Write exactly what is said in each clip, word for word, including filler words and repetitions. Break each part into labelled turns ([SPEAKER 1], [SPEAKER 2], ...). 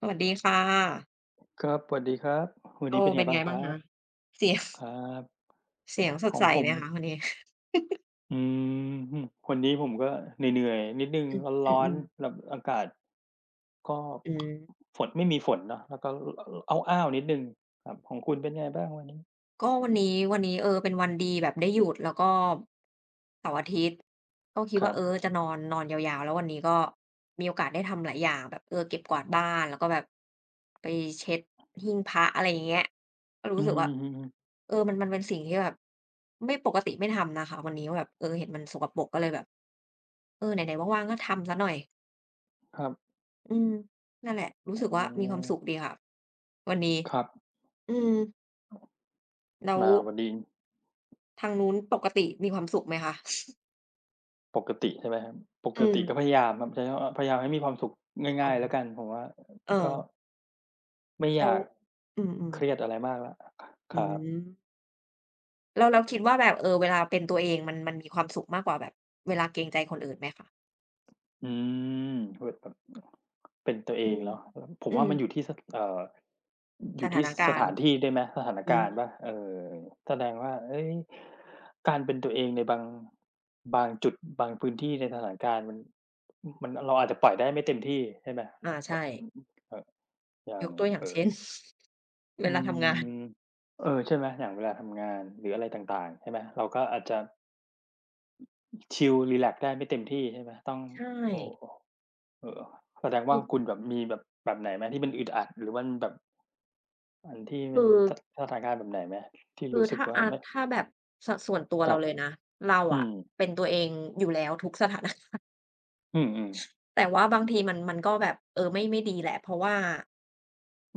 [SPEAKER 1] สวัสดีค่ะ
[SPEAKER 2] ครับสวัสดีครับ วัน
[SPEAKER 1] โอ้
[SPEAKER 2] นี้เป็นไง
[SPEAKER 1] เป็น
[SPEAKER 2] บ้า
[SPEAKER 1] ไง
[SPEAKER 2] งค
[SPEAKER 1] บ้าง
[SPEAKER 2] รับ
[SPEAKER 1] คะเสียง
[SPEAKER 2] ครับ
[SPEAKER 1] เสียงส
[SPEAKER 2] ข
[SPEAKER 1] ด
[SPEAKER 2] อง
[SPEAKER 1] ใส
[SPEAKER 2] ผม
[SPEAKER 1] ไหมคะวันนี้
[SPEAKER 2] อืมวันนี้ผมก็เหนื่อยๆ นิดหนึ่ง
[SPEAKER 1] อื
[SPEAKER 2] ร้อน
[SPEAKER 1] มๆ
[SPEAKER 2] ๆแบบอากาศก็
[SPEAKER 1] อืม
[SPEAKER 2] ฝนไม่มีฝนเนาะแล้วก็ออ้าวๆนิดหนึ่งครับของคุณเป็นไงบ้างวันนี้
[SPEAKER 1] ก็วันนี้วันนี้เออเป็นวันดีแบบได้หยุดแล้วก็เสาร์อาทิตย์ก็คิด
[SPEAKER 2] ครั
[SPEAKER 1] ว่า
[SPEAKER 2] บ
[SPEAKER 1] เออจะนอนนอนยาวๆแล้ววันนี้ก็มีโอกาสได้ทำหลายอย่างแบบเออเก็บกวาดบ้านแล้วก็แบบไปเช็ดหิ้งพระอะไรอย่างเงี้ยก็
[SPEAKER 2] อื
[SPEAKER 1] รู้สึกว่า
[SPEAKER 2] มๆ
[SPEAKER 1] เออมันมันเป็นสิ่งที่แบบไม่ปกติไม่ทำนะคะวันนี้ว่าแบบเออเห็นมันสกปรกก็เลยแบบเออไหนๆว่างๆก็ทำเสียหน่อย
[SPEAKER 2] ๆครับ
[SPEAKER 1] อืมนั่นแหละรู้
[SPEAKER 2] อ๋
[SPEAKER 1] สึกว่ามีความ
[SPEAKER 2] อ
[SPEAKER 1] สุขดีค่ะวันนี้
[SPEAKER 2] ครับ
[SPEAKER 1] อืมแล้ว
[SPEAKER 2] มาวันนี้
[SPEAKER 1] ทางนู้นปกติมีความสุขไหมคะ
[SPEAKER 2] ปกติใช่ไหมครับปก
[SPEAKER 1] อื
[SPEAKER 2] ติ
[SPEAKER 1] ม
[SPEAKER 2] ก็พยายามครับใช้คำว่าพยายามให้มีความสุข
[SPEAKER 1] อ๋
[SPEAKER 2] ง่า
[SPEAKER 1] อ
[SPEAKER 2] ยๆแล้วกันผมว่า
[SPEAKER 1] เออ
[SPEAKER 2] ก็ไม่อ
[SPEAKER 1] แล้
[SPEAKER 2] ยา
[SPEAKER 1] ว
[SPEAKER 2] ก
[SPEAKER 1] อืม
[SPEAKER 2] เครียด
[SPEAKER 1] ๆ
[SPEAKER 2] อะไรมากแล้วค
[SPEAKER 1] อื
[SPEAKER 2] รับ
[SPEAKER 1] มแล้วแล้วคิดว่าแบบเออเวลาเป็นตัวเองมันมันมีความสุขมากกว่าแบบเวลาเกรงใจคนอื่นไหมคะ
[SPEAKER 2] อืมเแบบเป็นตัวเอ
[SPEAKER 1] อื
[SPEAKER 2] ง
[SPEAKER 1] ม
[SPEAKER 2] เนาะผม
[SPEAKER 1] อื
[SPEAKER 2] ว่า
[SPEAKER 1] ม
[SPEAKER 2] มันอยู่ที่สเอ่ออ
[SPEAKER 1] ส
[SPEAKER 2] ยู่
[SPEAKER 1] ถา
[SPEAKER 2] ที่
[SPEAKER 1] น
[SPEAKER 2] สส
[SPEAKER 1] การ
[SPEAKER 2] ถา
[SPEAKER 1] ณ์
[SPEAKER 2] นที่ด้วยไหมสถาน
[SPEAKER 1] อื
[SPEAKER 2] กา
[SPEAKER 1] ม
[SPEAKER 2] รณ์เปล่าเออแสดงว่าเฮ้ยการเป็นตัวเองในบางบางจุดบางพื้นที่ในสถานการณ์มันมันเราอาจจะปล่อยได้ไม่เต็มที่ใช่ไหม
[SPEAKER 1] อา
[SPEAKER 2] แบ
[SPEAKER 1] ใช่
[SPEAKER 2] บเอ่ออย่า
[SPEAKER 1] ย
[SPEAKER 2] ง
[SPEAKER 1] กตัวอย่าง
[SPEAKER 2] เอ่อ
[SPEAKER 1] เช่น เว
[SPEAKER 2] อื
[SPEAKER 1] ลาทำงาน
[SPEAKER 2] มเออใช่ไหมอย่างเวลาทำงานหรืออะไรต่างๆใช่ไหมเราก็อาจจะชิลรีแลกซ์ได้ไม่เต็มที่ใช่ไหมต้อง
[SPEAKER 1] ใช่
[SPEAKER 2] โอ้โฮ เออแสดง
[SPEAKER 1] คื
[SPEAKER 2] ว่า
[SPEAKER 1] อ
[SPEAKER 2] คุณแบบมีแบบแบบไหนไหมที่มันอึดอัดหรือมันแบบอันที่มั
[SPEAKER 1] คื
[SPEAKER 2] น
[SPEAKER 1] อ
[SPEAKER 2] สสถานการณ์แบบไหนไหมที่
[SPEAKER 1] คือ
[SPEAKER 2] รู้สึก
[SPEAKER 1] ถ้า
[SPEAKER 2] ว่า
[SPEAKER 1] อา
[SPEAKER 2] ไม่
[SPEAKER 1] ถ้าแบบสส่วนตัว
[SPEAKER 2] ครั
[SPEAKER 1] เรา
[SPEAKER 2] บ
[SPEAKER 1] เลยนะเรา
[SPEAKER 2] อื
[SPEAKER 1] อะ
[SPEAKER 2] ม
[SPEAKER 1] เป็นตัวเองอยู่แล้วทุกสถานะ
[SPEAKER 2] อืมๆ
[SPEAKER 1] แต่ว่าบางทีมันมันก็แบบเออไม่ไม่ดีแหละเพราะว่า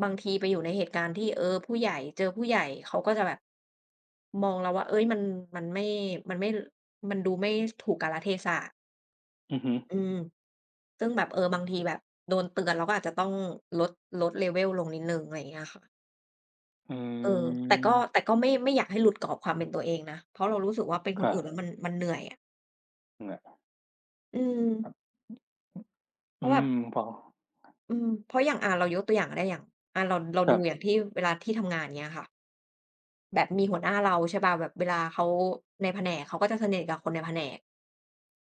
[SPEAKER 1] บางทีไปอยู่ในเหตุการณ์ที่เออผู้ใหญ่เจอผู้ใหญ่เขาก็จะแบบมองเราว่าเฮ้ยมันมันไม่มันไม่มันดูไม่ถูกกาลเทศะ
[SPEAKER 2] อือฮึ
[SPEAKER 1] อืมซึ่งแบบเออบางทีแบบโดนเตือนเราก็อาจจะต้องลดลด level ลงนิดหนึ่งอะไรอย่างเงี้ยค่ะ
[SPEAKER 2] อื
[SPEAKER 1] เออแต่ก็แต่
[SPEAKER 2] ม
[SPEAKER 1] ก็ไม่ไม่อยากให้หลุดกรอบความเป็นตัวเองนะเพราะเรารู้สึกว่าเป็นค
[SPEAKER 2] ค
[SPEAKER 1] น
[SPEAKER 2] รับ
[SPEAKER 1] อื่นแล้วมันมันเหนื่อยอะ
[SPEAKER 2] เนี่ย
[SPEAKER 1] อืมเพ
[SPEAKER 2] อื
[SPEAKER 1] ราะแบบ
[SPEAKER 2] มพอ
[SPEAKER 1] อืมเพราะอย่างอ่าเรายกตัวอย่างได้อย่างอ่าเราเรา
[SPEAKER 2] ครั
[SPEAKER 1] ดูอ
[SPEAKER 2] บ
[SPEAKER 1] ย่างที่เวลาที่ทำงานเงี้ยค่ะแบบมีหัวหน้าเราใช่เปล่าแบบเวลาเขาในแผนกเขาก็จะสนิทกับคนในแผนก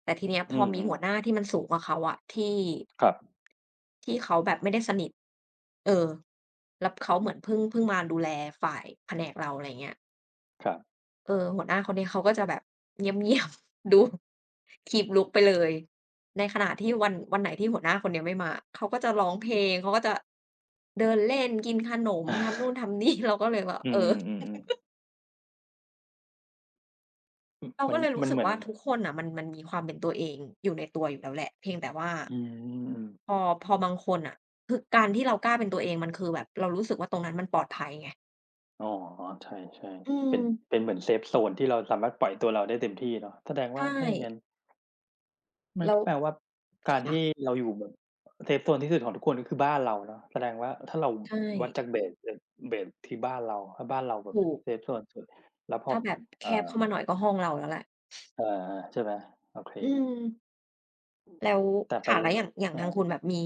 [SPEAKER 1] แต่ทีเนี้ย
[SPEAKER 2] อื
[SPEAKER 1] พอมีหัวหน้า
[SPEAKER 2] ม
[SPEAKER 1] ที่มันสูงกว่าเขาอะที่
[SPEAKER 2] ๆครับ
[SPEAKER 1] ที่เขาแบบไม่ได้สนิทเออแล้วเขาเหมือนเพิ่งเพิ่งมาดูแลฝ่ายแผนกเราอะไรเงี้ย
[SPEAKER 2] ครับ
[SPEAKER 1] เออหัวหน้าคนนี้เขาก็จะแบบเงียบๆ ดู keep look ไปเลยในขณะที่วันวันไหนที่หัวหน้าคนเนี้ยไม่มาเขาก็จะร้องเพลงเขาก็จะเดินเล่นกินขนมทำนู่น ทำนี่ เราก็เลยแบบ
[SPEAKER 2] อื
[SPEAKER 1] เออ
[SPEAKER 2] มๆๆอืม
[SPEAKER 1] เรา
[SPEAKER 2] มั
[SPEAKER 1] ก็
[SPEAKER 2] น
[SPEAKER 1] เลย
[SPEAKER 2] มั
[SPEAKER 1] รู้
[SPEAKER 2] น
[SPEAKER 1] สึ
[SPEAKER 2] เห
[SPEAKER 1] ก
[SPEAKER 2] มือน
[SPEAKER 1] ว่าทุกคนน่ะมันมันมีความเป็นตัวเองอยู่ในตัวอยู่แล้วแหละเพียงแต่ว่า
[SPEAKER 2] อืม
[SPEAKER 1] พอพอบางคนน่ะคือการที่เรากล้าเป็นตัวเองมันคือแบบเรารู้สึกว่าตรงนั้นมันปลอดภัยไง
[SPEAKER 2] อ๋อใช่
[SPEAKER 1] อื
[SPEAKER 2] ๆเป็น
[SPEAKER 1] ม
[SPEAKER 2] เป็นเหมือนเซฟโซนที่เราสามารถปล่อยตัวเราได้เต็มที่เนาะแสดงว่า
[SPEAKER 1] ใช่
[SPEAKER 2] ถ้าอย่างงั้น มัน
[SPEAKER 1] แล้
[SPEAKER 2] ก็
[SPEAKER 1] ว
[SPEAKER 2] แปลว่าการ
[SPEAKER 1] ค่ะ
[SPEAKER 2] ที่เราอยู่แบบเซฟโซนที่สุดของทุกคนก็คือบ้านเราเนาะแสดงว่าถ้าเรา
[SPEAKER 1] ใช่
[SPEAKER 2] วัดจากเบสเบสเบสที่บ้านเราถ้าบ้านเราแบบ
[SPEAKER 1] ถูก
[SPEAKER 2] เซฟโซนสุดแล้วพอ
[SPEAKER 1] ถ้าแบบแค
[SPEAKER 2] เอ่
[SPEAKER 1] บ
[SPEAKER 2] อ
[SPEAKER 1] เข้ามาหน่อยก็ห้องเราแล้วแหละ
[SPEAKER 2] เอ่อใช่ไหมโอเค
[SPEAKER 1] อืมแล้ว
[SPEAKER 2] แต่ไป
[SPEAKER 1] ค่ะแล้วอย่างอย่าง
[SPEAKER 2] อา
[SPEAKER 1] ทางคุณแบบมี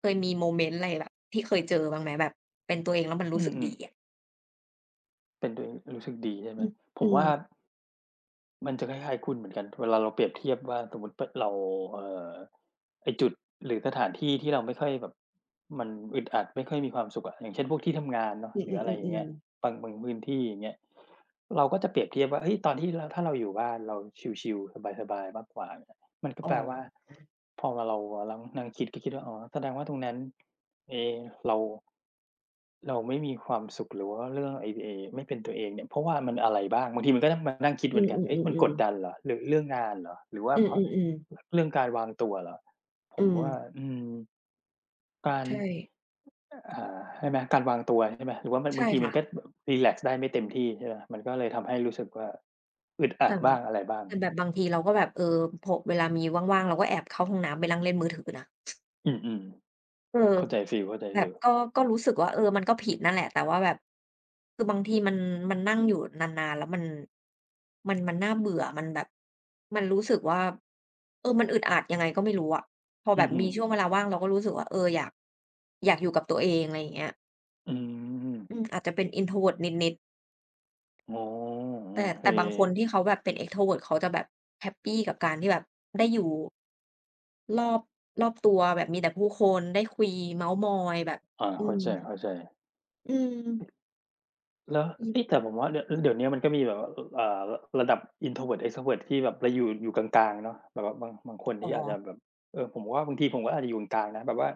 [SPEAKER 1] เคยมีโมเมนต์อะไรแบบที่เคยเจอบ้างไหมแบบเป็นตัวเองแล้วมัน
[SPEAKER 2] อื
[SPEAKER 1] รู้
[SPEAKER 2] ม
[SPEAKER 1] สึกดีอะ
[SPEAKER 2] ๆเป็นตัวเองรู้สึกดีใช่ไหม
[SPEAKER 1] อืม
[SPEAKER 2] ผ
[SPEAKER 1] อื
[SPEAKER 2] มว่า มันจะคล้ายๆคุณเหมือนกันเวลาเราเปรียบเทียบว่าสมมุติปเราเอ่อไอ้จุดหรือสถานที่ที่เราไม่ค่อยแบบมันอึดอัดไม่ค่อยมีความสุขอะอย่างเช่นพวกที่ทำงานเนาะ
[SPEAKER 1] ม
[SPEAKER 2] หรือ
[SPEAKER 1] อื
[SPEAKER 2] อะไรอย่างเงี้
[SPEAKER 1] อ
[SPEAKER 2] ย
[SPEAKER 1] ๆๆๆ
[SPEAKER 2] บางบางพื้นที่อย่างเงี้ยเราก็จะเปรียบเทียบว่าเฮ้ยตอนที่เราถ้าเราอยู่บ้านเราชิลๆสบายๆมากกว่ามันก็
[SPEAKER 1] อ๋อ
[SPEAKER 2] แปลว่าพอมาเราเรานั่งคิดก็คิดว่าอ๋อแสดงว่าตรงนั้นเอเรา เราไม่มีความสุขหรือว่าเรื่องไอไอไม่เป็นตัวเองเนี่ยเพราะว่ามันอะไรบ้างบางทีมันก็ต้องมานั่งคิด
[SPEAKER 1] อื
[SPEAKER 2] เหมือนกันเอ๊ะมันก
[SPEAKER 1] ม
[SPEAKER 2] ด
[SPEAKER 1] ๆๆๆ
[SPEAKER 2] ดันเหรอหรือเรื่องงานเหรอหรือว่า
[SPEAKER 1] อื
[SPEAKER 2] เพราะ
[SPEAKER 1] มๆๆ
[SPEAKER 2] เรื่องการวางตัวเหรอผ
[SPEAKER 1] อื
[SPEAKER 2] ม
[SPEAKER 1] ม
[SPEAKER 2] ว่าอืมการ
[SPEAKER 1] ใช่
[SPEAKER 2] อ่าใช่ไหมการวางตัวใช่ไหมหรือว่ามันบา
[SPEAKER 1] ใช่
[SPEAKER 2] งทีมัน
[SPEAKER 1] ค่ะ
[SPEAKER 2] ก็แบบรีแลกซ์ได้ไม่เต็มที่ใช่ไหมมันก็เลยทำให้รู้สึกว่าอึดอั
[SPEAKER 1] แต่
[SPEAKER 2] ดบ้างอะไรบ้าง
[SPEAKER 1] แต่แบบบางทีเราก็แบบเออพอเวลามีว่างๆ เราก็แอบเข้าห้องน้ำไปนั่งเล่นมือถือนะ
[SPEAKER 2] อืม
[SPEAKER 1] เออ
[SPEAKER 2] ๆเข้าใจฟีลเข้าใจ
[SPEAKER 1] แบ
[SPEAKER 2] ฟี
[SPEAKER 1] บ
[SPEAKER 2] ล
[SPEAKER 1] ก็ก็รู้สึกว่าเออมันก็ผิดนั่นแหละแต่ว่าแบบคือบางทีมันมันนั่งอยู่นานๆแล้วมันมันมันน่าเบื่อมันแบบมันรู้สึกว่าเออมันอึดอัดยังไงก็ไม่รู้อะพอแบ
[SPEAKER 2] อือ
[SPEAKER 1] บ
[SPEAKER 2] ฮึ
[SPEAKER 1] มีช่วงเวลาว่างเราก็รู้สึกว่าเอออยากอยากอยู่กับตัวเองอะไรอย่างเงี้ย
[SPEAKER 2] อืม
[SPEAKER 1] อืมอาจจะเป็น introvert นิด
[SPEAKER 2] อ๋อ
[SPEAKER 1] ๆ
[SPEAKER 2] โอ
[SPEAKER 1] แต่
[SPEAKER 2] เค
[SPEAKER 1] แต่บางคนที่เขาแบบเป็น extrovert เขาจะแบบแฮปปีกับการที่แบบได้อยู่รอบรอบตัวแบบมีแต่ผู้คนได้คุยเม้าท์มอยแบบ
[SPEAKER 2] อา
[SPEAKER 1] อื
[SPEAKER 2] เข้า
[SPEAKER 1] ม
[SPEAKER 2] ใจๆ
[SPEAKER 1] อืม
[SPEAKER 2] แล้ว
[SPEAKER 1] อืม
[SPEAKER 2] เอ๊ยแต่ผมว่าเดี๋ยวเดี๋ยวเนี้ยมันก็มีแบบว่าเอ่อระดับ introvert เอ็กซ์โทรเวิร์ต ที่แบบเราอยู่อยู่กลางๆเนาะแบบว่าบางบางคน
[SPEAKER 1] อ๋อ
[SPEAKER 2] ที่อาจจะแบบเออผมว่าบางทีผมก็อาจจะอยู่กลางๆนะแบบว่า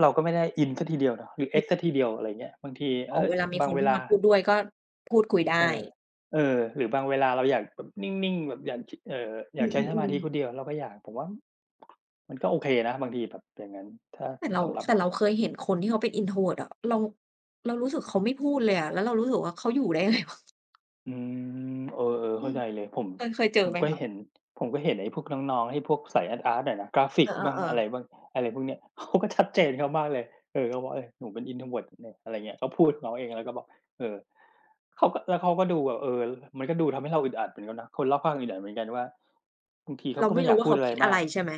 [SPEAKER 2] เราก็ไม่ได้ in เสียทีเดียวเนาะหรือ
[SPEAKER 1] นึก
[SPEAKER 2] เอ็กซ์ เสียทีเดียวอะไรอย่างเงี้ยบางที
[SPEAKER 1] ออ
[SPEAKER 2] เอ๊
[SPEAKER 1] ก
[SPEAKER 2] ย
[SPEAKER 1] เวลามี
[SPEAKER 2] บา
[SPEAKER 1] ค
[SPEAKER 2] ง
[SPEAKER 1] น
[SPEAKER 2] เว
[SPEAKER 1] เข้า
[SPEAKER 2] ลา
[SPEAKER 1] มาพูดด้วยก็พูดคุย
[SPEAKER 2] เอ
[SPEAKER 1] ได้
[SPEAKER 2] อเออหรือบางเวลาเราอยากแบบนิ่งๆแบบอยากชเอ่ออ
[SPEAKER 1] อื
[SPEAKER 2] ยากใช้สมา
[SPEAKER 1] ม
[SPEAKER 2] ธิค
[SPEAKER 1] ๆ
[SPEAKER 2] น
[SPEAKER 1] ๆ
[SPEAKER 2] เดียวเราก็อยากผมว่ามันก็โอเคนะบางทีแบบอย่างงั้นถ้า
[SPEAKER 1] แต่เรา
[SPEAKER 2] สำหรับ
[SPEAKER 1] แต่เราเคยเห็นคนที่เขาเป็น introvert อะเราเรารู้สึกเขาไม่พูดเลยอะแล้วเรารู้สึกว่าเขาอยู่ได้ยังไงวะ
[SPEAKER 2] อืมเออเออ
[SPEAKER 1] อื
[SPEAKER 2] เข้า
[SPEAKER 1] ม
[SPEAKER 2] ใจเลยผม
[SPEAKER 1] เคยเคยเจอ
[SPEAKER 2] ผม
[SPEAKER 1] ไหม
[SPEAKER 2] ก็
[SPEAKER 1] คะ
[SPEAKER 2] เห็นผมก็เห็นไอ้พวกน้องๆไอ้พวกสายอาร์ตๆอะนะกราฟิ
[SPEAKER 1] เอ
[SPEAKER 2] กบ้าง
[SPEAKER 1] อ
[SPEAKER 2] อะ
[SPEAKER 1] ๆ
[SPEAKER 2] ไร
[SPEAKER 1] ๆ
[SPEAKER 2] บ้างอะไรพวกเนี้ย เขาก็ชัดเจนเขามากเลยเออเขาบอกเออหนูเป็น introvert เนี่ยอะไรเงี้ยเขาพูดของเขาเองแล้วก็บอกเออเขาก็แล้วเขาก็ดูแบบเออมันก็ดูทำให้เราอึดอัดเหมือนกันนะคนรอบข้างอึดอัดเหมือนกันว่าบางทีเขา
[SPEAKER 1] เรา
[SPEAKER 2] ก็
[SPEAKER 1] ไม่
[SPEAKER 2] ไม่อยา
[SPEAKER 1] รู้
[SPEAKER 2] ก
[SPEAKER 1] ว่า
[SPEAKER 2] พูด
[SPEAKER 1] เขา
[SPEAKER 2] อะไร
[SPEAKER 1] คิดอะ
[SPEAKER 2] มา
[SPEAKER 1] ไร
[SPEAKER 2] ก
[SPEAKER 1] ใช่ไหม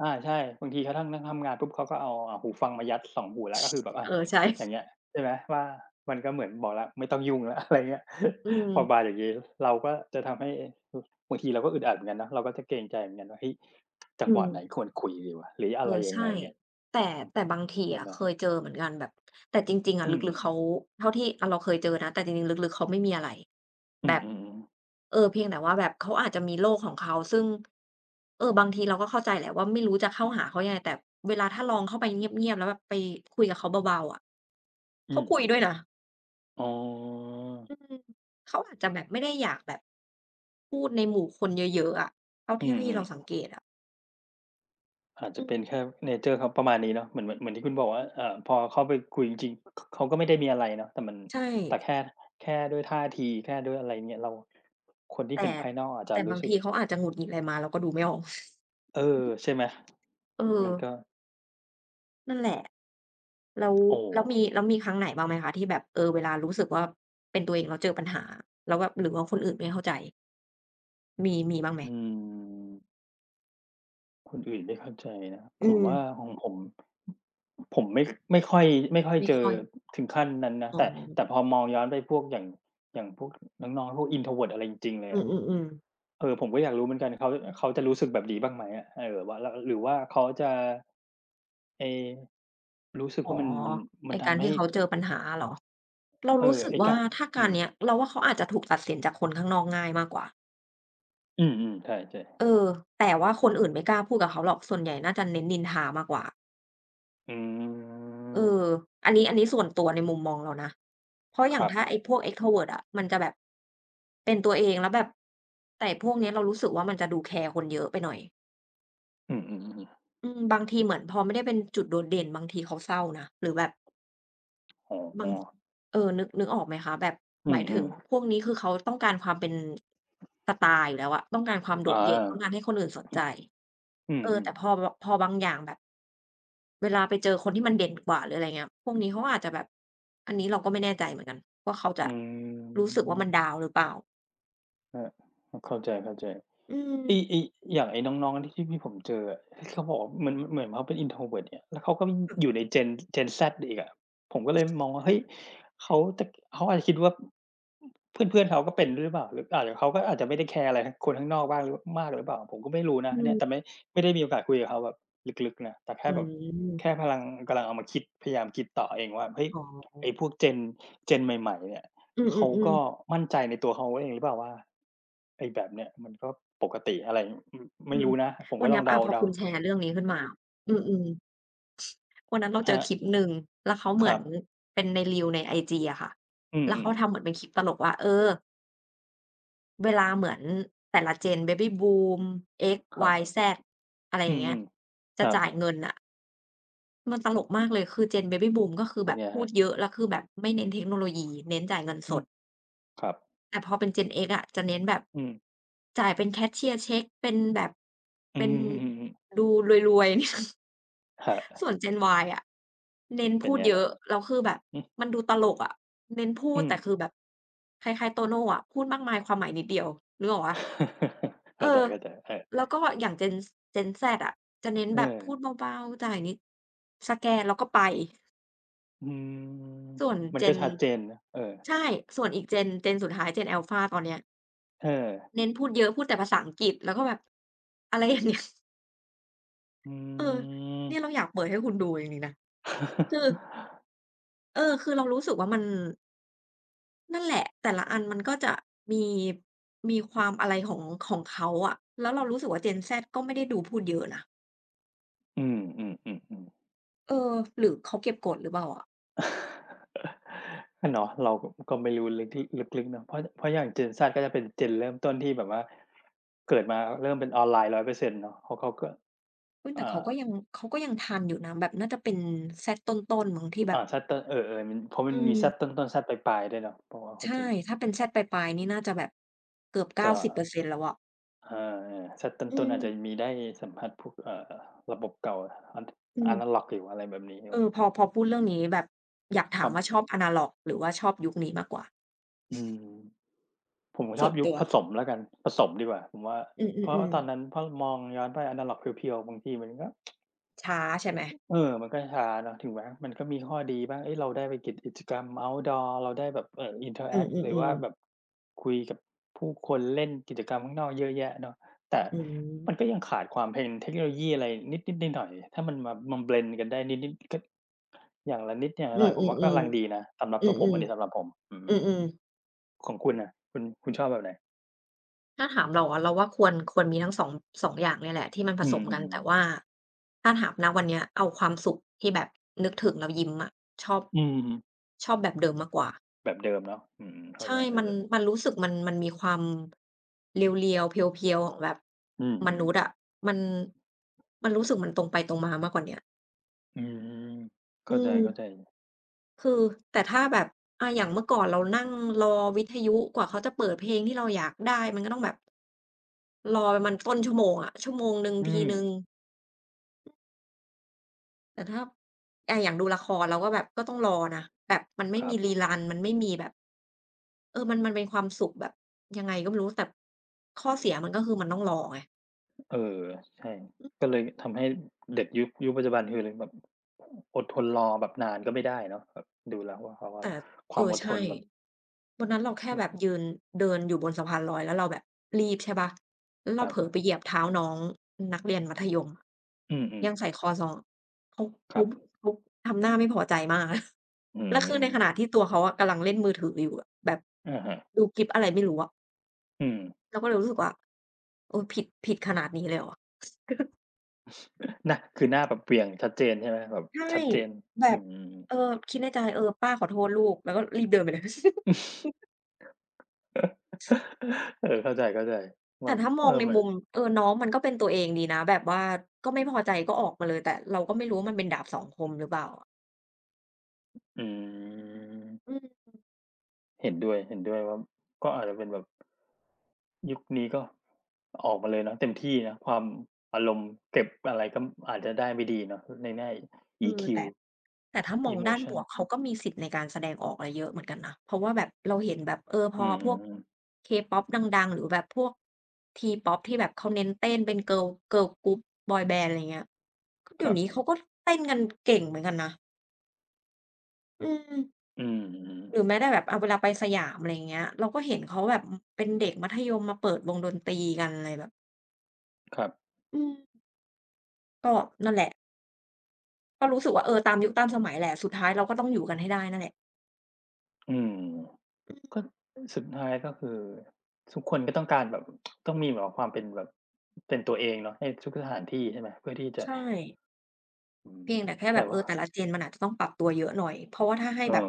[SPEAKER 2] อาใช่บางทีเขานั่งนั่งทำงานปุ๊บเขาก็เอาอ่าหูฟังมายัดสองหูแล้วก็คือแบบอา
[SPEAKER 1] เออใช่
[SPEAKER 2] อย่างเงี้ยใช่ไหมว่ามันก็เหมือนบอกแล้วไม่ต้องยุ่งแล้วอะไรเงี้ย
[SPEAKER 1] อื
[SPEAKER 2] พอบาร์
[SPEAKER 1] ม
[SPEAKER 2] อย่างนี้เราก็จะทำให้บางทีเราก็อึดอัดเหมือนกันนาะเราก็จะเกรงใจเหมือนกันว่าเฮ้ยจัง
[SPEAKER 1] อื
[SPEAKER 2] ห
[SPEAKER 1] ม
[SPEAKER 2] วะไหนควรคุยดีวะหรืออะ
[SPEAKER 1] เอ
[SPEAKER 2] ไร
[SPEAKER 1] อ
[SPEAKER 2] ยังไง
[SPEAKER 1] ใช่
[SPEAKER 2] เนี่ย
[SPEAKER 1] แต่แต่บางที
[SPEAKER 2] ใช่
[SPEAKER 1] อะ
[SPEAKER 2] ไหม
[SPEAKER 1] เคยเจอเหมือนกันแบบแต่จริงๆอะ
[SPEAKER 2] อืม
[SPEAKER 1] ลึกๆ เขาเท่าที่อะเราเคยเจอนะแต่จริงๆลึกๆเขาไม่มีอะไร
[SPEAKER 2] อื
[SPEAKER 1] แบ
[SPEAKER 2] ม
[SPEAKER 1] บ
[SPEAKER 2] อืม
[SPEAKER 1] เออเพียงแต่ว่าแบบเขาอาจจะมีโลกของเขาซึ่งเออบางทีเราก็เข้าใจแหละว่าไม่รู้จะเข้าหาเขายังไงแต่เวลาถ้าลองเข้าไปเงียบๆแล้วแบบไปคุยกับเขาเบาๆอะ
[SPEAKER 2] อื
[SPEAKER 1] เขา
[SPEAKER 2] ม
[SPEAKER 1] คุยด้วยนะ
[SPEAKER 2] อ๋อ
[SPEAKER 1] อืมเขาอาจจะแบบไม่ได้อยากแบบพูดในหมู่คนเยอะๆอะเท่า
[SPEAKER 2] อื
[SPEAKER 1] ที่ที่เราสัง
[SPEAKER 2] ม
[SPEAKER 1] เกตอะ
[SPEAKER 2] ๆอาจจะ
[SPEAKER 1] อืม
[SPEAKER 2] เป็นแค่เนเชอร์เขาประมาณนี้เนาะเหมือนเหมือนเหมือนที่คุณบอกว่าเอ่อพอเข้าไปคุยจริงๆขเขาก็ไม่ได้มีอะไรเนาะแต่มัน
[SPEAKER 1] ใช่
[SPEAKER 2] แต่แค่แค่ด้วยท่าทีแค่ด้วยอะไรเงี้ยเราคนที่
[SPEAKER 1] แต่
[SPEAKER 2] เห็นภายนอกอาจจะ
[SPEAKER 1] แต่
[SPEAKER 2] รู้
[SPEAKER 1] บาง
[SPEAKER 2] สึก
[SPEAKER 1] ทีเขาอาจจะหงุดหงิดอะไรมาเราก็ดูไม่ออก
[SPEAKER 2] เออใช่ไหม
[SPEAKER 1] เออ
[SPEAKER 2] มันก็
[SPEAKER 1] นั่นแหละแล้ว
[SPEAKER 2] โอ้
[SPEAKER 1] แล้วมีแล้วมีครั้งไหนบ้างไหมคะที่แบบเออเวลารู้สึกว่าเป็นตัวเองแล้วเจอปัญหาแล้วแบบหรือว่าคนอื่นไม่เข้าใจ มีมีบ้างไหม
[SPEAKER 2] อืม คนอื่นไม่เข้าใจนะ
[SPEAKER 1] อื
[SPEAKER 2] ผม
[SPEAKER 1] ม
[SPEAKER 2] ว่าของผมผมไม่ไม่ค่อยไม่ค่อย
[SPEAKER 1] ไม่
[SPEAKER 2] เจอ
[SPEAKER 1] ค่อย
[SPEAKER 2] ถึงขั้นนั้นนะ
[SPEAKER 1] อ๋อ
[SPEAKER 2] แต่แต่พอมองย้อนไปพวกอย่างอย่างพวกน้องๆพวก introvert อะไรจริงๆเลย
[SPEAKER 1] อื
[SPEAKER 2] อะ
[SPEAKER 1] อๆๆ
[SPEAKER 2] เออผมก็อยากรู้เหมือนกันเขาเขาจะรู้สึกแบบนี้บ้างไหมอะเออว่าแล้วหรือว่าเขาจะเอรู้สึก
[SPEAKER 1] อ๋
[SPEAKER 2] ว่า
[SPEAKER 1] อ
[SPEAKER 2] มันมันมัน
[SPEAKER 1] ไอ้การ
[SPEAKER 2] ทำให้
[SPEAKER 1] ที่เขาเจอปัญหาอะเหรอเรา
[SPEAKER 2] เอ
[SPEAKER 1] รู้
[SPEAKER 2] อ
[SPEAKER 1] สึก
[SPEAKER 2] ไอ้
[SPEAKER 1] ว่า
[SPEAKER 2] การ
[SPEAKER 1] ถ้า
[SPEAKER 2] อื
[SPEAKER 1] การ
[SPEAKER 2] ม
[SPEAKER 1] เนี้ยเราว่าเขาอาจจะถูกตัดสินจากคนข้างนอกง่ายมากกว่า
[SPEAKER 2] อืมๆใช่
[SPEAKER 1] เออแต่ว่าคนอื่นไม่กล้าพูดกับเขาหรอกส่วนใหญ่น่าจะเน้นนินทามากกว่า
[SPEAKER 2] ๆอื
[SPEAKER 1] เอ
[SPEAKER 2] ม
[SPEAKER 1] ออันนี้อันนี้ส่วนตัวในมุมมองเรานะเพราะอ
[SPEAKER 2] ค
[SPEAKER 1] ย่าง
[SPEAKER 2] รับ
[SPEAKER 1] ถ้าไอ้พวก Extrovert อะมันจะแบบเป็นตัวเองแล้วแบบแต่พวกเนี้ยเรารู้สึกว่ามันจะดูแคร์คนเยอะไปหน่อย
[SPEAKER 2] อืมๆๆๆ
[SPEAKER 1] อืมบางทีเหมือนพอไม่ได้เป็นจุดโดดเด่นบางทีเขาเศร้านะหรือแบบ
[SPEAKER 2] อ๋
[SPEAKER 1] บา
[SPEAKER 2] อ
[SPEAKER 1] งเออนึกนึกออกไหมคะแบบ
[SPEAKER 2] อื
[SPEAKER 1] หมา
[SPEAKER 2] ม
[SPEAKER 1] ยถึงพวกนี้คือเขาต้องการความเป็นสตาร์อยู่แล้วอะต้องการความ
[SPEAKER 2] ๆ
[SPEAKER 1] โด
[SPEAKER 2] อา
[SPEAKER 1] ดเด่นต้องการให้คนอื่นสนใจ
[SPEAKER 2] อื
[SPEAKER 1] เออ
[SPEAKER 2] ม
[SPEAKER 1] แต่พอ
[SPEAKER 2] ๆ
[SPEAKER 1] บพอบางอย่างแบบเวลาไปเจอคนที่มันเด่นกว่าหรืออะไรเงี้ยพวกนี้เขาอาจจะแบบอันนี้เราก็ไม่แน่ใจเหมือนกันว่าเขาจะ
[SPEAKER 2] อื
[SPEAKER 1] รู้สึกว่ามัน
[SPEAKER 2] ม
[SPEAKER 1] ดาวน์หรือเปล่า
[SPEAKER 2] เออเข้าใจเข้าใจ
[SPEAKER 1] อืม
[SPEAKER 2] ไอ้ไอ้อย่างไอ้น้องๆที่ที่ที่ผมเจออะที่เขาบอกว่าเหมือนเหมือนเขาเป็น introvert เนี่ยแล้วเขาก็อยู่
[SPEAKER 1] ค่ะ
[SPEAKER 2] ใน Gen Gen Z อีกอะผมก็เลยมองว่าเฮ้ยเขาจะเขาอาจจะคิดว่าเพื่อนๆเขาก็เป็นด้วยหรือเปล่าหรืออาจจะเขาก็อาจจะไม่ได้แคร์อะไรคนข้างนอกบ้างหรือมากหรือเปล่าผมก็ไม่รู้นะ
[SPEAKER 1] อื
[SPEAKER 2] อันเนี้ยแต่
[SPEAKER 1] ม
[SPEAKER 2] ไม่ไม่ได้มีโอกาสคุยกับเขาแบบลึกๆนะแต่แค่
[SPEAKER 1] อื
[SPEAKER 2] แบบแค่
[SPEAKER 1] ม
[SPEAKER 2] พลังกำลังเอามาคิดพยายามคิดต่อเองว่าเฮ้ย
[SPEAKER 1] อ๋อ
[SPEAKER 2] ไอ้พวก Gen Gen ใหม่ๆเนี่ย
[SPEAKER 1] อื
[SPEAKER 2] เขา
[SPEAKER 1] อ
[SPEAKER 2] ก็
[SPEAKER 1] ๆๆ
[SPEAKER 2] มั่นใจในตัวเขาเองหรือเปล่าว่า ไอ้แบบเนี้ยมันก็ปกติอะไรอืม
[SPEAKER 1] อื
[SPEAKER 2] ไม่
[SPEAKER 1] ม
[SPEAKER 2] รู้นะผม
[SPEAKER 1] วั
[SPEAKER 2] ก็
[SPEAKER 1] น
[SPEAKER 2] ล
[SPEAKER 1] เนี้
[SPEAKER 2] อง
[SPEAKER 1] ยอาพอ
[SPEAKER 2] เดา
[SPEAKER 1] คุณ
[SPEAKER 2] ๆ
[SPEAKER 1] แชร์เรื่องนี้ขึ้นมาอือๆ วันนั้นเรา
[SPEAKER 2] ค
[SPEAKER 1] เจ
[SPEAKER 2] รั
[SPEAKER 1] อคลิป
[SPEAKER 2] บ
[SPEAKER 1] หนึ่งแล้วเขา
[SPEAKER 2] ค
[SPEAKER 1] เหมือ
[SPEAKER 2] รับ
[SPEAKER 1] นเป็นใน r e e l ในไอจีอะค่ะ
[SPEAKER 2] อื
[SPEAKER 1] แล้ว
[SPEAKER 2] ม
[SPEAKER 1] เขาทำ
[SPEAKER 2] ๆ
[SPEAKER 1] เหมือนเป็นคลิปตลกว่าเออเวลาเหมือนแต่ละ Gen Baby Boom X,
[SPEAKER 2] ครับ
[SPEAKER 1] Y, Z อะไร
[SPEAKER 2] อื
[SPEAKER 1] อย่างเงี้ย
[SPEAKER 2] มๆค
[SPEAKER 1] จะ
[SPEAKER 2] รับ
[SPEAKER 1] จ่ายเงินน่ะมันตลกมากเลย คือ Gen Baby Boom ก็คือ
[SPEAKER 2] เป็
[SPEAKER 1] แบ
[SPEAKER 2] น
[SPEAKER 1] บ
[SPEAKER 2] ไงค
[SPEAKER 1] พู
[SPEAKER 2] รั
[SPEAKER 1] ด
[SPEAKER 2] บ
[SPEAKER 1] เยอะ แล้วคือแบบไม่เน้นเทคโนโลยี เน้นจ่ายเงิน
[SPEAKER 2] อื
[SPEAKER 1] ส
[SPEAKER 2] ม
[SPEAKER 1] ด
[SPEAKER 2] ครับ
[SPEAKER 1] แต่พอเป็น Gen X อะจะเน้นแบบ
[SPEAKER 2] อืม
[SPEAKER 1] จ่ายเป็นแคชเชียร์เช็กเป็นแบบ
[SPEAKER 2] อื
[SPEAKER 1] เป็น
[SPEAKER 2] มๆๆ
[SPEAKER 1] ดูรวยๆ
[SPEAKER 2] ๆครับ
[SPEAKER 1] ส่วน Gen Y อะเน้น
[SPEAKER 2] เป็น
[SPEAKER 1] พูด
[SPEAKER 2] ไง
[SPEAKER 1] เย
[SPEAKER 2] ครับ
[SPEAKER 1] อะแล้วคือแบบ
[SPEAKER 2] อืม
[SPEAKER 1] มันดูตลกอะเน้นพู
[SPEAKER 2] อื
[SPEAKER 1] ด
[SPEAKER 2] ม
[SPEAKER 1] แต่คือแบบคล้ายๆโตโน่อะพูดมากมายความหมายนิดเดียวนึกออกเปล่า เอ
[SPEAKER 2] เข้าใจ
[SPEAKER 1] อ
[SPEAKER 2] ๆเออ
[SPEAKER 1] แล้วก็อย่าง Gen Z Gen Z อะจะเน้น
[SPEAKER 2] เอ
[SPEAKER 1] แบบ
[SPEAKER 2] อ
[SPEAKER 1] พูดเบาๆจ่ายนิดสแกนแล้วก็ไป
[SPEAKER 2] อืม
[SPEAKER 1] ส่วน
[SPEAKER 2] มันก็
[SPEAKER 1] Gen
[SPEAKER 2] ชัดเจนนะเออ
[SPEAKER 1] ใช่ส่วนอีก Gen Gen สุดท้าย Gen Alpha ตอนเนี้ย
[SPEAKER 2] เออ
[SPEAKER 1] เน้นพูดเยอะพูดแต่ภาษาอังกฤษแล้วก็แบบอะไรอย่างเงี้ย
[SPEAKER 2] อื
[SPEAKER 1] เออ
[SPEAKER 2] ม
[SPEAKER 1] เนี่ยเราอยากเปิดให้คุณดูจริงๆนะคือ เออคือเรารู้สึกว่ามัน นั่นแหละแต่ละอันมันก็จะมีมีความอะไรของของเขาอะแล้วเรารู้สึกว่า Gen Z ก็ไม่ได้ดูพูดเยอะนะ
[SPEAKER 2] อืมๆๆๆ
[SPEAKER 1] เออหรือเขาเก็บกดหรือเปล่าอะ
[SPEAKER 2] เนาะเราก็ก็ไม่รู้ลึกลึกๆเนาะเพราะเพราะอย่าง Gen Z ก็จะเป็น Gen เริ่มต้นที่แบบว่าเกิดมาเริ่มเป็นออนไลน์หนึ่งร้อยเปอร์เซ็นต์เปอร์เซ็นต์เนาะเพราะเขาก็
[SPEAKER 1] เฮ้ยแต่เขา
[SPEAKER 2] อ่า
[SPEAKER 1] ก็ยังเขาก็ยังทันอยู่นะแบบน่าจะเป็น Z ต้นๆมั้งที่แบ
[SPEAKER 2] อ่า
[SPEAKER 1] บ
[SPEAKER 2] Z ต้นเออๆมันเพราะมั
[SPEAKER 1] อื
[SPEAKER 2] นมี Z
[SPEAKER 1] ม
[SPEAKER 2] ต้นๆ Z ปลายๆด้วยเนาะเพราะว่าคนจ
[SPEAKER 1] ใช่
[SPEAKER 2] ริง
[SPEAKER 1] ถ้าเป็น Z ปลายๆนี่น่าจะแบบเกือบ
[SPEAKER 2] จะ
[SPEAKER 1] เก้าสิบเปอร์เซ็นต์แล้วอะ
[SPEAKER 2] เออๆ Z
[SPEAKER 1] อื
[SPEAKER 2] ต้นๆอาจจะ
[SPEAKER 1] ม
[SPEAKER 2] มีได้สัมผัสพวกเอ่อระบบเก่าอะอ
[SPEAKER 1] อื
[SPEAKER 2] ะ
[SPEAKER 1] ม
[SPEAKER 2] นาล็อกอยู่อะไรแบบนี้อ
[SPEAKER 1] เอ
[SPEAKER 2] ยู่
[SPEAKER 1] อพอพอพูดเรื่องนี้แบบอยาก
[SPEAKER 2] ค
[SPEAKER 1] ถาม
[SPEAKER 2] รั
[SPEAKER 1] ว่าช
[SPEAKER 2] บ
[SPEAKER 1] อบอนาล็อกหรือว่าชอบยุคนี้มากกว่า
[SPEAKER 2] อืมผมช
[SPEAKER 1] ส่
[SPEAKER 2] อ
[SPEAKER 1] ว
[SPEAKER 2] บ
[SPEAKER 1] น
[SPEAKER 2] ยุค
[SPEAKER 1] ตัว
[SPEAKER 2] ผสมแล้วกันผสมดีกว่าผมว่า
[SPEAKER 1] อื
[SPEAKER 2] เพราะว่า
[SPEAKER 1] อ
[SPEAKER 2] ต
[SPEAKER 1] ๆ
[SPEAKER 2] อนนั้น
[SPEAKER 1] ๆ
[SPEAKER 2] เพราะมองย้อนไปอะนาล็อกเพียวๆบางทีมันก็
[SPEAKER 1] ช้าใช่ไหม
[SPEAKER 2] เออมันก็ช้าเนาะถึงแม้มันก็มีข้อดีบ้างเฮ้ยเราได้ไปกิจกิจกรรม Outdoor เราได้แบบเอ่อ
[SPEAKER 1] อื
[SPEAKER 2] interact หรือว่า
[SPEAKER 1] อๆๆ
[SPEAKER 2] แบบคุยกับผู้คนเล่นกิจกรรมข้างนอกเยอะแยะเนาะแต่
[SPEAKER 1] อื
[SPEAKER 2] มันก็
[SPEAKER 1] ม
[SPEAKER 2] ยังขาดความเป็นเทคโนโลยีอะไรนิดๆหน่อยๆถ้ามันมามาเบลนด์กันได้นิดๆก็อย่างละนิดอย่างละ
[SPEAKER 1] อื
[SPEAKER 2] หน่อ
[SPEAKER 1] ม
[SPEAKER 2] ย
[SPEAKER 1] ๆ
[SPEAKER 2] ผมว่าก็กำลังดีนะสำหรับ
[SPEAKER 1] ๆอื
[SPEAKER 2] ตัวผมอั
[SPEAKER 1] ม
[SPEAKER 2] นนี้สำหรับผมอื
[SPEAKER 1] ๆ
[SPEAKER 2] ม
[SPEAKER 1] อืมๆ
[SPEAKER 2] ของคุณน่ะคุณ คุณชอบแบบไหน
[SPEAKER 1] ถ้าถามเราอะเราว่าควรควรมีทั้งสองสองอย่างเนี่ยแหละที่มันผ
[SPEAKER 2] อื
[SPEAKER 1] สมกัน
[SPEAKER 2] ม
[SPEAKER 1] แต่ว่า
[SPEAKER 2] ๆ
[SPEAKER 1] ถ้าถามณวันเนี้ยเอาความสุขที่แบบนึกถึงแล้วยิ้มอะชอบ
[SPEAKER 2] อืม
[SPEAKER 1] ชอบแบบเดิมมากกว่า
[SPEAKER 2] แบบเดิมเนาะอืมเข้าใจ
[SPEAKER 1] ใช่มัน
[SPEAKER 2] ๆ
[SPEAKER 1] มันรู้สึกมันมันมีความเรียวๆเพียวๆของแบบม
[SPEAKER 2] อืม
[SPEAKER 1] นุษย์อะ
[SPEAKER 2] ๆ
[SPEAKER 1] มันมันรู้สึกมันตรงไปตรงมามากกว่าเนี้ย
[SPEAKER 2] อืมเข้า
[SPEAKER 1] อื
[SPEAKER 2] ใ
[SPEAKER 1] ม
[SPEAKER 2] จๆ
[SPEAKER 1] คือแต่ถ้าแบบอาอย่างเมื่อก่อนเรานั่งรอวิทยุกว่าเขาจะเปิดเพลงที่เราอยากได้มันก็ต้องแบบรอประมาณต้นชั่วโมงอะชั่วโมงหนึ่ง
[SPEAKER 2] อื
[SPEAKER 1] ที
[SPEAKER 2] ม
[SPEAKER 1] หนึ่งแต่ถ้าอาอย่างดูละครเราก็แบบก็ต้องรอนะแบบมันไม่
[SPEAKER 2] ครั
[SPEAKER 1] มีรี
[SPEAKER 2] บ
[SPEAKER 1] รันมันไม่มีแบบเออมันมันเป็นความสุขแบบยังไงก็ไม่รู้แต่ข้อเสียมันก็คือมันต้องรอไง
[SPEAKER 2] เออใช่
[SPEAKER 1] อือ
[SPEAKER 2] ก็เลยทำให้เด็กยุคยุคปัจจุบันคือเลยแบบอดทนรอแบบนานก็ไม่ได้เนาะแบบดูแล้วว่าเขาแบ
[SPEAKER 1] แต่
[SPEAKER 2] ค
[SPEAKER 1] เอ
[SPEAKER 2] วาม
[SPEAKER 1] อ
[SPEAKER 2] อดท
[SPEAKER 1] ใช่
[SPEAKER 2] นแบบ
[SPEAKER 1] วันนั้นเราแค่แบบยืนเดินอยู่บนสะพานลอยแล้วเราแบบรีบใช่เปล่าแล้ว
[SPEAKER 2] ค
[SPEAKER 1] เรา
[SPEAKER 2] รั
[SPEAKER 1] เผลอ
[SPEAKER 2] บ
[SPEAKER 1] ไปเหยียบเท้าน้องนักเรียนมัธยม
[SPEAKER 2] อืม
[SPEAKER 1] ยังใส่คอซองเขา
[SPEAKER 2] ๆค
[SPEAKER 1] เขา
[SPEAKER 2] รับ
[SPEAKER 1] เขาทำหน้าไม่พอใจมาก
[SPEAKER 2] อื
[SPEAKER 1] แล้วคือในขณะ
[SPEAKER 2] ม
[SPEAKER 1] ที่ตัวเขาอะกำลังเล่นมือถืออยู่อะแบบ
[SPEAKER 2] อะฮะ
[SPEAKER 1] ดูคลิปอะไรไม่รู้อะ
[SPEAKER 2] อืม
[SPEAKER 1] เราก็เลยรู้สึกว่าเออผิดผิดขนาดนี้เลยเหรอ
[SPEAKER 2] นะคือหน้าแบบเหวี่ยงชัดเจนใช่ไหมแบบ
[SPEAKER 1] ใช่
[SPEAKER 2] ชัดเจน
[SPEAKER 1] แบ
[SPEAKER 2] อื
[SPEAKER 1] บ
[SPEAKER 2] ม
[SPEAKER 1] เออคิดในใจเออป้าขอโทษลูกแล้วก็รีบเดินไปเลย
[SPEAKER 2] เออเข้าใจๆว่า
[SPEAKER 1] แต่ถ้าม
[SPEAKER 2] เอ
[SPEAKER 1] อ
[SPEAKER 2] อ
[SPEAKER 1] งใน
[SPEAKER 2] มัน
[SPEAKER 1] มุมเออน้องมันก็เป็นตัวเองดีนะแบบว่าก็ไม่พอใจก็ออกมาเลยแต่เราก็ไม่รู้ว่ามันเป็นดาบสองคมหรือเปล่าอะ
[SPEAKER 2] อื
[SPEAKER 1] อื
[SPEAKER 2] ม
[SPEAKER 1] ม
[SPEAKER 2] เห็นด้วยเห็นด้วยว่าก็อาจจะเป็นแบบยุคนี้ก็ออกมาเลยเนาะเต็มที่นะความอารมณ์เก็บอะไรก็อาจจะได้ไม่ดีเนาะในแง่
[SPEAKER 1] คือ
[SPEAKER 2] อี คิว
[SPEAKER 1] แต่แต่ถ้ามองด้านบว
[SPEAKER 2] Emotion
[SPEAKER 1] กเขาก็มีสิทธิ์ในการแสดงออกอะไรเยอะเหมือนกันนะเพราะว่าแบบเราเห็นแบบเออพ
[SPEAKER 2] อื
[SPEAKER 1] อ
[SPEAKER 2] ม
[SPEAKER 1] พวก K-pop ดังๆหรือแบบพวก T-pop ที่แบบเขาเน้นเต้นเป็น Girl g i r ลเกร o u p บอยแบนด์อะไรเงี้ยก็
[SPEAKER 2] ค
[SPEAKER 1] เดี๋ย
[SPEAKER 2] รั
[SPEAKER 1] ว
[SPEAKER 2] บ
[SPEAKER 1] นี้เขาก็เต้นกันเก่งเหมือนกันนะอืม
[SPEAKER 2] อืม
[SPEAKER 1] หรือแม้แต่แบบอาเวลาไปสยามอะไรอย่างเงี้ยเราก็เห็นเขาแบบอือเป็นเด็กมัธยมมาเปิดวงดนตรีกันอะไรแบบ
[SPEAKER 2] ครับ
[SPEAKER 1] อืมก็นั่นแหละก็รู้สึกว่าเออตามยุคตามสมัยแหละสุดท้ายเราก็ต้องอยู่กันให้ได้นั่นแหละ
[SPEAKER 2] อืมก็สุดท้ายก็คือทุกคนก็ต้องการแบบต้องมีแบบว่าความเป็นแบบเป็นตัวเองเนาะในทุกสถานที่ใช่ไหมเพื่อที่จะ
[SPEAKER 1] ใช่
[SPEAKER 2] อืม
[SPEAKER 1] เพียงแต่แค่แบ
[SPEAKER 2] แต่
[SPEAKER 1] บเอ
[SPEAKER 2] ว่า
[SPEAKER 1] อแต่ละ Gen มันอาจจะต้องปรับตัวเยอะหน่อยเพราะว่าถ้าให้
[SPEAKER 2] เออ
[SPEAKER 1] แบบ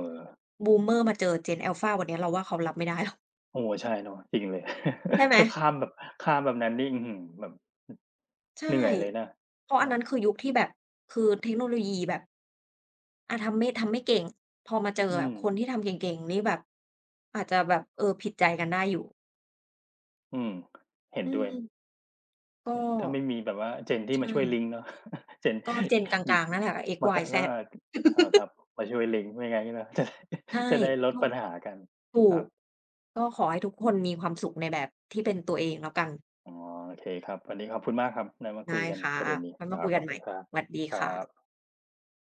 [SPEAKER 1] Boomer มาเจอ Gen Alpha วันเนี้ยเราว่าเขารับไม่ได้หรอก
[SPEAKER 2] โอ้โฮใช่เนาะจริงเลย
[SPEAKER 1] ใช่ไห ม
[SPEAKER 2] ถ้าข้ามแบบข้ามแบบนั้นนี่อื้อฮือแบบ
[SPEAKER 1] ใช่
[SPEAKER 2] เหนื่อยเลยนะ
[SPEAKER 1] เพราะอัน
[SPEAKER 2] นะ
[SPEAKER 1] นั้นคือยุคที่แบบคือเทคโนโลยีแบบอาทำไม่ทำไม่เก่งพอมาเจอ
[SPEAKER 2] อื
[SPEAKER 1] แบบ
[SPEAKER 2] ม
[SPEAKER 1] คนที่ทำเก่งๆนี่แบบอาจจะแบบเออผิดใจกันได้อยู่
[SPEAKER 2] อืมเห็น
[SPEAKER 1] อื
[SPEAKER 2] ด้ว
[SPEAKER 1] ม
[SPEAKER 2] ย
[SPEAKER 1] ก็
[SPEAKER 2] ถ้าไม่มีแบบว่า Gen ที่
[SPEAKER 1] ใช่
[SPEAKER 2] มาช่วยลิงก์เนาะ Gen
[SPEAKER 1] ก็ Gen กลา
[SPEAKER 2] มี
[SPEAKER 1] งๆนั่นแหละ X
[SPEAKER 2] มา
[SPEAKER 1] Y
[SPEAKER 2] กะ
[SPEAKER 1] Z
[SPEAKER 2] แล้วอ่าอาครับมาช่วยลิงก์ไม่งั้นนี่นะ
[SPEAKER 1] ใช่
[SPEAKER 2] จะได้จะได้ลด
[SPEAKER 1] ก็
[SPEAKER 2] ปัญหากัน
[SPEAKER 1] ถู
[SPEAKER 2] ครั
[SPEAKER 1] ก
[SPEAKER 2] บ
[SPEAKER 1] ก็ขอให้ทุกคนมีความสุขในแบบที่เป็นตัวเองแล้วกัน
[SPEAKER 2] อ๋อโอเคครับวันนี้ขอบคุณมากครับได้มาคุย
[SPEAKER 1] ได้
[SPEAKER 2] กัน
[SPEAKER 1] ค่ะ
[SPEAKER 2] ประเด็นนี้
[SPEAKER 1] ไว้
[SPEAKER 2] ค
[SPEAKER 1] มา
[SPEAKER 2] รั
[SPEAKER 1] คุ
[SPEAKER 2] บ
[SPEAKER 1] ย
[SPEAKER 2] ข
[SPEAKER 1] กั
[SPEAKER 2] อ
[SPEAKER 1] น
[SPEAKER 2] บ
[SPEAKER 1] ให
[SPEAKER 2] คุ
[SPEAKER 1] ม่
[SPEAKER 2] ณครับ
[SPEAKER 1] สวัสดี
[SPEAKER 2] ครับ
[SPEAKER 1] ค่ะ